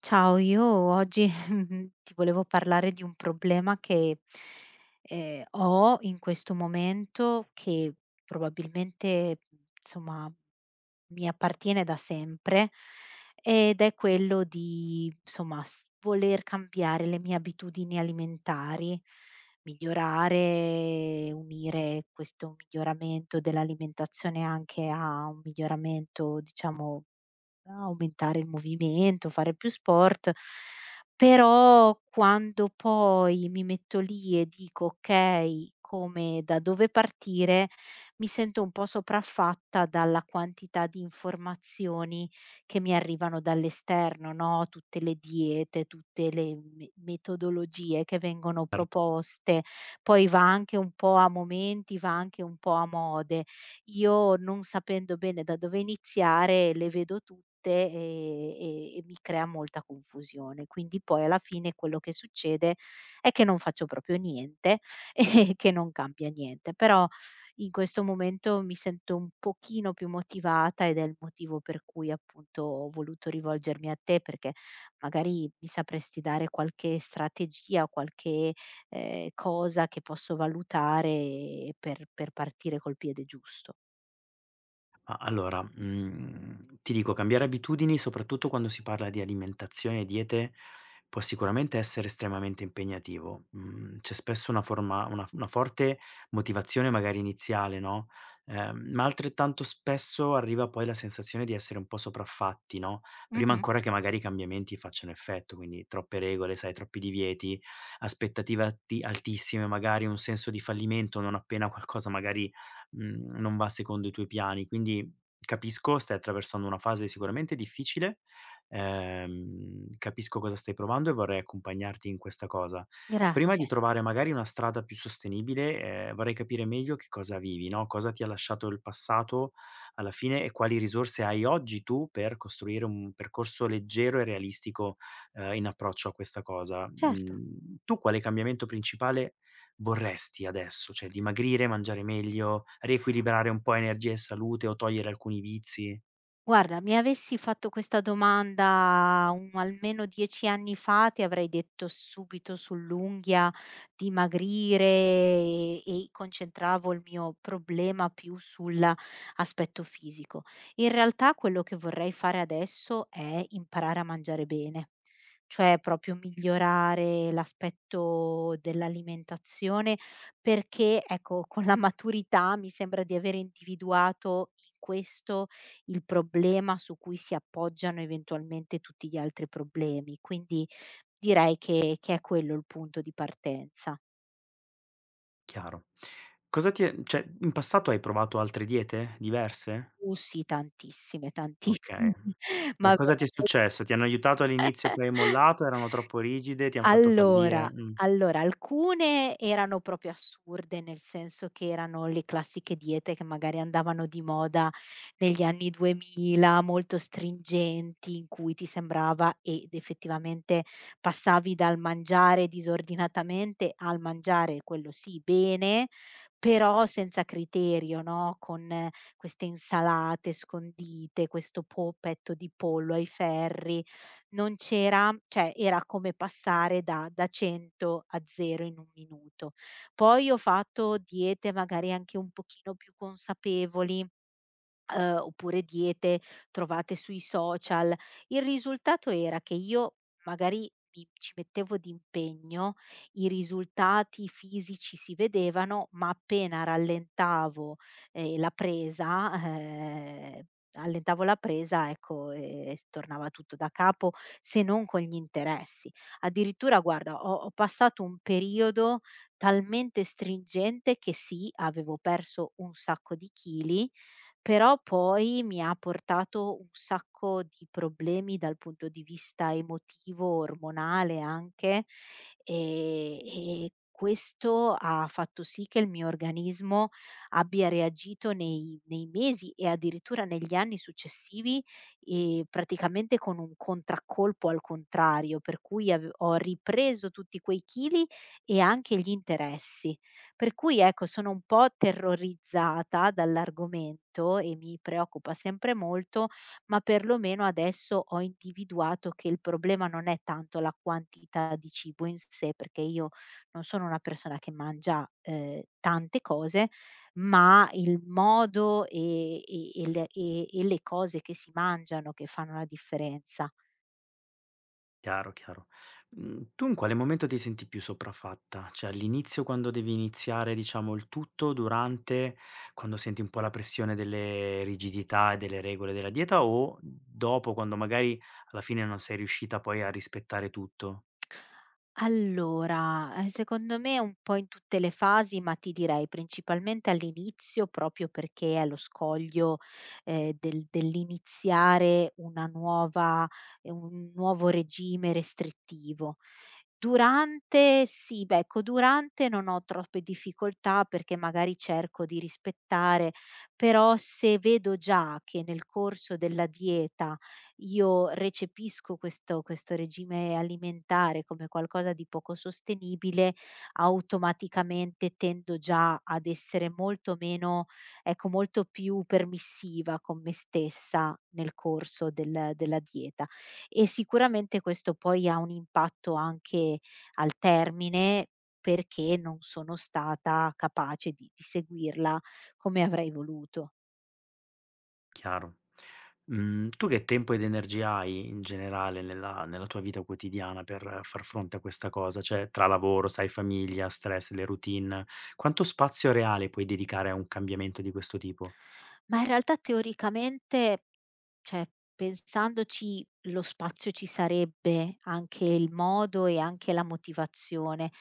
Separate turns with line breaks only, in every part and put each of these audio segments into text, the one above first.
Ciao, io oggi ti volevo parlare di un problema che ho in questo momento, che probabilmente insomma mi appartiene da sempre, ed è quello di insomma voler cambiare le mie abitudini alimentari, migliorare, unire questo miglioramento dell'alimentazione anche a un miglioramento, diciamo, a aumentare il movimento, fare più sport, però quando poi mi metto lì e dico: "Okay, come da dove partire?" Mi sento un po' sopraffatta dalla quantità di informazioni che mi arrivano dall'esterno, no, tutte le diete, tutte le me metodologie che vengono proposte, poi va anche un po' a momenti, va anche un po' a mode. Io non sapendo bene da dove iniziare le vedo tutte e mi crea molta confusione. Quindi poi alla fine quello che succede è che non faccio proprio niente e che non cambia niente, però in questo momento mi sento un pochino più motivata ed è il motivo per cui appunto ho voluto rivolgermi a te perché magari mi sapresti dare qualche strategia, qualche, cosa che posso valutare per partire col piede giusto.
Ma allora, ti dico cambiare abitudini, soprattutto quando si parla di alimentazione e diete, può sicuramente essere estremamente impegnativo. Mhmm, C'è spesso una forma una f una forte motivazione magari iniziale, no, ma altrettanto spesso arriva poi la sensazione di essere un po' sopraffatti, no, prima
Mh-mh.
ancora che magari i cambiamenti facciano effetto, quindi troppe regole, sai, troppi divieti, aspettative atti altissime, magari un senso di fallimento non appena qualcosa magari non va secondo i tuoi piani. Quindi capisco, stai attraversando una fase sicuramente difficile, capisco cosa stai provando e vorrei accompagnarti in questa cosa. Prima di
Grazie.
trovare magari una strada più sostenibile, vorrei capire meglio che cosa vivi, no, cosa ti ha lasciato il passato alla fine e quali risorse hai oggi tu per costruire un percorso leggero e realistico, in approccio a questa cosa.
Certo.
Mhmm, Tu quale cambiamento principale vorresti adesso? Cioè dimagrire, mangiare meglio, riequilibrare un po' energia e salute o togliere alcuni vizi?
Guarda, mi avessi fatto questa domanda un almeno 10 anni fa, ti avrei detto subito sull'unghia, dimagrire e concentravo il mio problema più sull'aspetto fisico. In realtà quello che vorrei fare adesso è imparare a mangiare bene, cioè proprio migliorare l'aspetto dell'alimentazione perché, ecco, con la maturità mi sembra di aver individuato in questo il problema su cui si appoggiano eventualmente tutti gli altri problemi. Quindi direi che è quello il punto di partenza.
Chiaro. Cosa ti è cioè In passato hai provato altre diete diverse?
Sì, tantissime,
Okay.
tantissime,
E
ma
cosa ti è
verame
successo? Ti hanno aiutato all'inizio poi hai mollato, erano troppo rigide, ti han fatto
Allora,
fallire? Mh.
alcune erano proprio assurde, nel senso che erano le classiche diete che magari andavano di moda negli anni 2000, molto stringenti, in cui ti sembrava ed effettivamente passavi dal mangiare disordinatamente al mangiare, quello sì, bene, però senza criterio, no, con queste insalate scondite, questo po petto di pollo ai ferri, non c'era, cioè era come passare da 100 a 0 in 1 minuto. Poi ho fatto diete magari anche un pochino più consapevoli, oppure diete trovate sui social. Il risultato era che io magari mi ci mettevo d'impegno, i risultati fisici si vedevano, ma appena rallentavo, ehm, la presa, ehm, allentavo la presa, ecco, s tornava tutto da capo, se non con gli interessi. Addirittura guarda, ho passato un periodo talmente stringente che sì, avevo perso un sacco di chili, però poi mi ha portato un sacco di problemi dal punto di vista emotivo, ormonale anche, e questo ha fatto sì che il mio organismo abbia reagito nei mesi e addirittura negli anni successivi, praticamente con un contraccolpo al contrario, per cui ave ho ripreso tutti quei chili e anche gli interessi. Per cui ecco, sono un po' terrorizzata dall'argomento e mi preoccupa sempre molto, ma perlomeno adesso ho individuato che il problema non è tanto la quantità di cibo in sé, perché io non sono una persona che mangia, tante cose, ma il modo e le cose che si mangiano che fanno la differenza.
Chiaro, chiaro. Tu in quale momento ti senti più sopraffatta? Cioè all'inizio quando devi iniziare diciamo il tutto, durante, quando senti un po' la pressione delle rigidità e delle regole della dieta o dopo quando magari alla fine non sei riuscita poi a rispettare tutto?
Allora, secondo me è un po' in tutte le fasi, ma ti direi principalmente all'inizio, proprio perché è lo scoglio, dell'iniziare una nuova un nuovo regime restrittivo. Durante sì, beh, ecco, durante non ho troppe difficoltà perché magari cerco di rispettare, però se vedo già che nel corso della dieta io recepisco questo regime alimentare come qualcosa di poco sostenibile, automaticamente tendo già ad essere molto meno, ecco, molto più permissiva con me stessa nel corso della dieta. E sicuramente questo poi ha un impatto anche al termine, perché non sono stata capace di seguirla come avrei voluto.
Chiaro. Tu che tempo ed energia hai in generale nella tua vita quotidiana per far fronte a questa cosa? Cioè tra lavoro, sai, famiglia, stress, le routine, quanto spazio reale puoi dedicare a un cambiamento di questo tipo?
Ma in realtà teoricamente, cioè, pensandoci lo spazio ci sarebbe, anche il modo e anche la motivazione.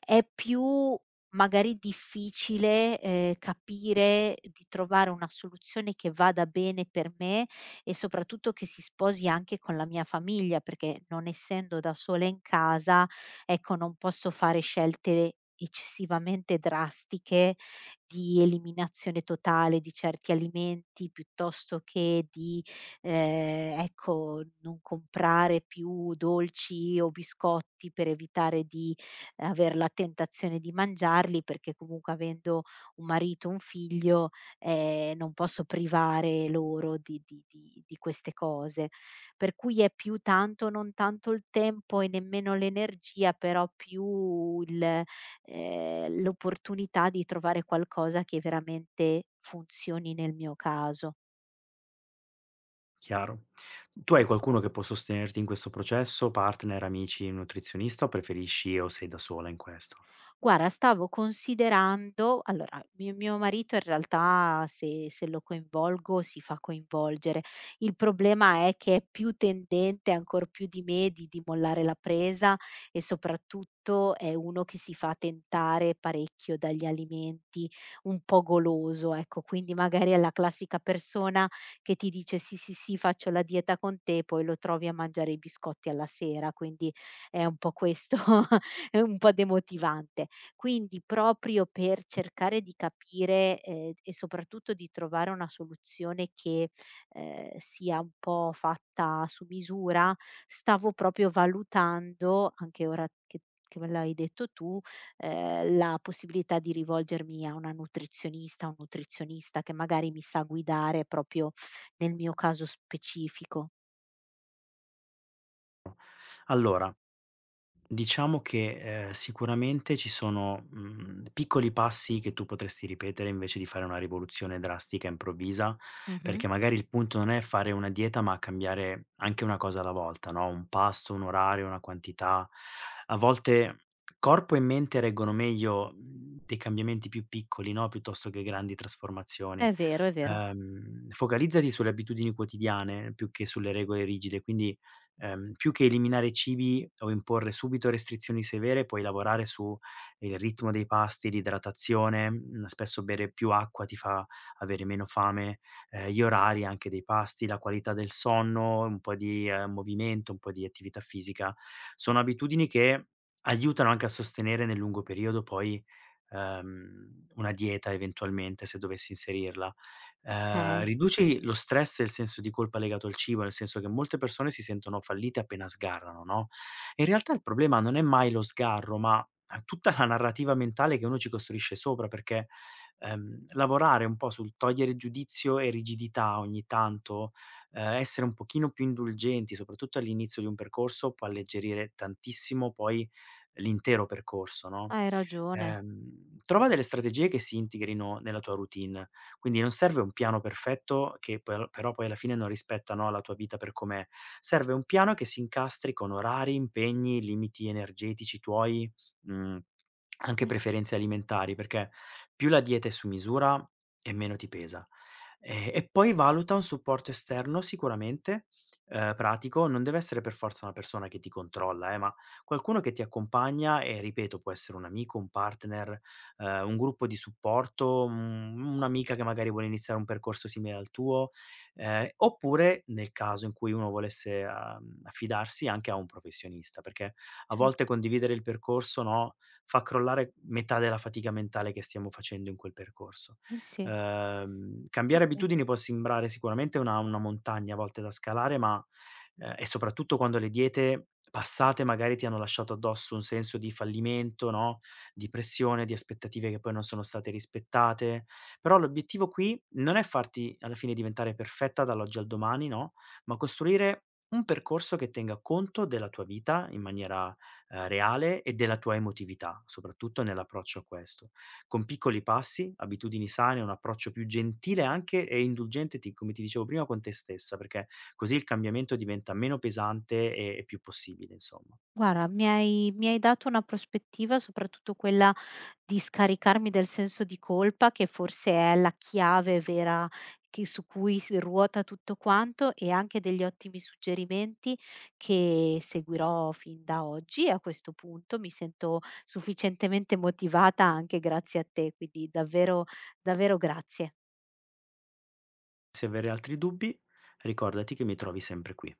È più magari difficile, capire di trovare una soluzione che vada bene per me e soprattutto che si sposi anche con la mia famiglia, perché non essendo da sola in casa, ecco, non posso fare scelte eccessivamente drastiche di eliminazione totale di certi alimenti, piuttosto che di ecco, non comprare più dolci o biscotti per evitare di aver la tentazione di mangiarli, perché comunque avendo un marito, un figlio, non posso privare loro di queste cose. Per cui è più tanto non tanto il tempo e nemmeno l'energia, però più il l'opportunità di trovare qualcosa che veramente funzioni nel mio caso.
Chiaro. Tu hai qualcuno che può sostenerti in questo processo? Partner, amici, nutrizionista o preferisci o sei da sola in questo?
Guarda, stavo considerando allora, mio marito in realtà se lo coinvolgo si fa coinvolgere. Il problema è che è più tendente, ancor più di me, di mollare la presa e soprattutto è uno che si fa tentare parecchio dagli alimenti, un po' goloso, ecco. Quindi magari è la classica persona che ti dice: "Sì, sì, sì, faccio la dieta con te", poi lo trovi a mangiare i biscotti alla sera, quindi è un po' questo è un po' demotivante. Quindi proprio per cercare di capire, e soprattutto di trovare una soluzione che, sia un po' fatta su misura, stavo proprio valutando, anche ora che me l'hai detto tu, la possibilità di rivolgermi a una nutrizionista, un nutrizionista che magari mi sa guidare proprio nel mio caso specifico.
Allora, diciamo che, sicuramente ci sono, piccoli passi che tu potresti ripetere invece di fare una rivoluzione drastica, improvvisa,
Mh-mh.
perché magari il punto non è fare una dieta, ma cambiare anche una cosa alla volta, no, un pasto, un orario, una quantità. A volte corpo e mente reggono meglio, dei cambiamenti più piccoli, no, piuttosto che grandi trasformazioni.
È vero, è vero.
Focalizzati sulle abitudini quotidiane più che sulle regole rigide, quindi più che eliminare cibi o imporre subito restrizioni severe, puoi lavorare su il ritmo dei pasti, l'idratazione, spesso bere più acqua ti fa avere meno fame, gli orari anche dei pasti, la qualità del sonno, un po' di, movimento, un po' di attività fisica. Sono abitudini che aiutano anche a sostenere nel lungo periodo poi, una dieta eventualmente se dovessi inserirla.
Okay,
Riduci lo stress e il senso di colpa legato al cibo, nel senso che molte persone si sentono fallite appena sgarrano, no, in realtà il problema non è mai lo sgarro, ma tutta la narrativa mentale che uno ci costruisce sopra, perché, lavorare un po' sul togliere giudizio e rigidità ogni tanto, essere un pochino più indulgenti, soprattutto all'inizio di un percorso, può alleggerire tantissimo poi l'intero percorso, no,
hai ragione.
trova delle strategie che si integrino nella tua routine. Quindi non serve un piano perfetto che per però poi alla fine non rispetta, no, la tua vita per com'è. Serve un piano che si incastri con orari, impegni, limiti energetici tuoi, mhmm, anche
Eh,
preferenze alimentari, perché più la dieta è su misura e meno ti pesa. E poi valuta un supporto esterno sicuramente, pratico, non deve essere per forza una persona che ti controlla ma qualcuno che ti accompagna e ripeto può essere un amico, un partner, un gruppo di supporto, un'amica che magari vuole iniziare un percorso simile al tuo, oppure nel caso in cui uno volesse, affidarsi anche a un professionista, perché a
cer
volte condividere il percorso, no, fa crollare metà della fatica mentale che stiamo facendo in quel percorso.
Eh sì. Sì,
Cambiare
sì.
abitudini può sembrare sicuramente una montagna a volte da scalare, ma e soprattutto quando le diete passate magari ti hanno lasciato addosso un senso di fallimento, no, di pressione, di aspettative che poi non sono state rispettate. Però l'obiettivo qui non è farti alla fine diventare perfetta dall'oggi al domani, no, ma costruire un percorso che tenga conto della tua vita in maniera, reale e della tua emotività, soprattutto nell'approccio a questo. Con piccoli passi, abitudini sane, un approccio più gentile anche e indulgente ti come ti dicevo prima, con te stessa, perché così il cambiamento diventa meno pesante e più possibile, insomma.
Guarda, mi hai dato una prospettiva, soprattutto quella di scaricarmi del senso di colpa, che forse è la chiave vera che su cui si ruota tutto quanto, e anche degli ottimi suggerimenti che seguirò fin da oggi. A questo punto mi sento sufficientemente motivata anche grazie a te, quindi davvero davvero grazie.
Se avere altri dubbi, ricordati che mi trovi sempre qui.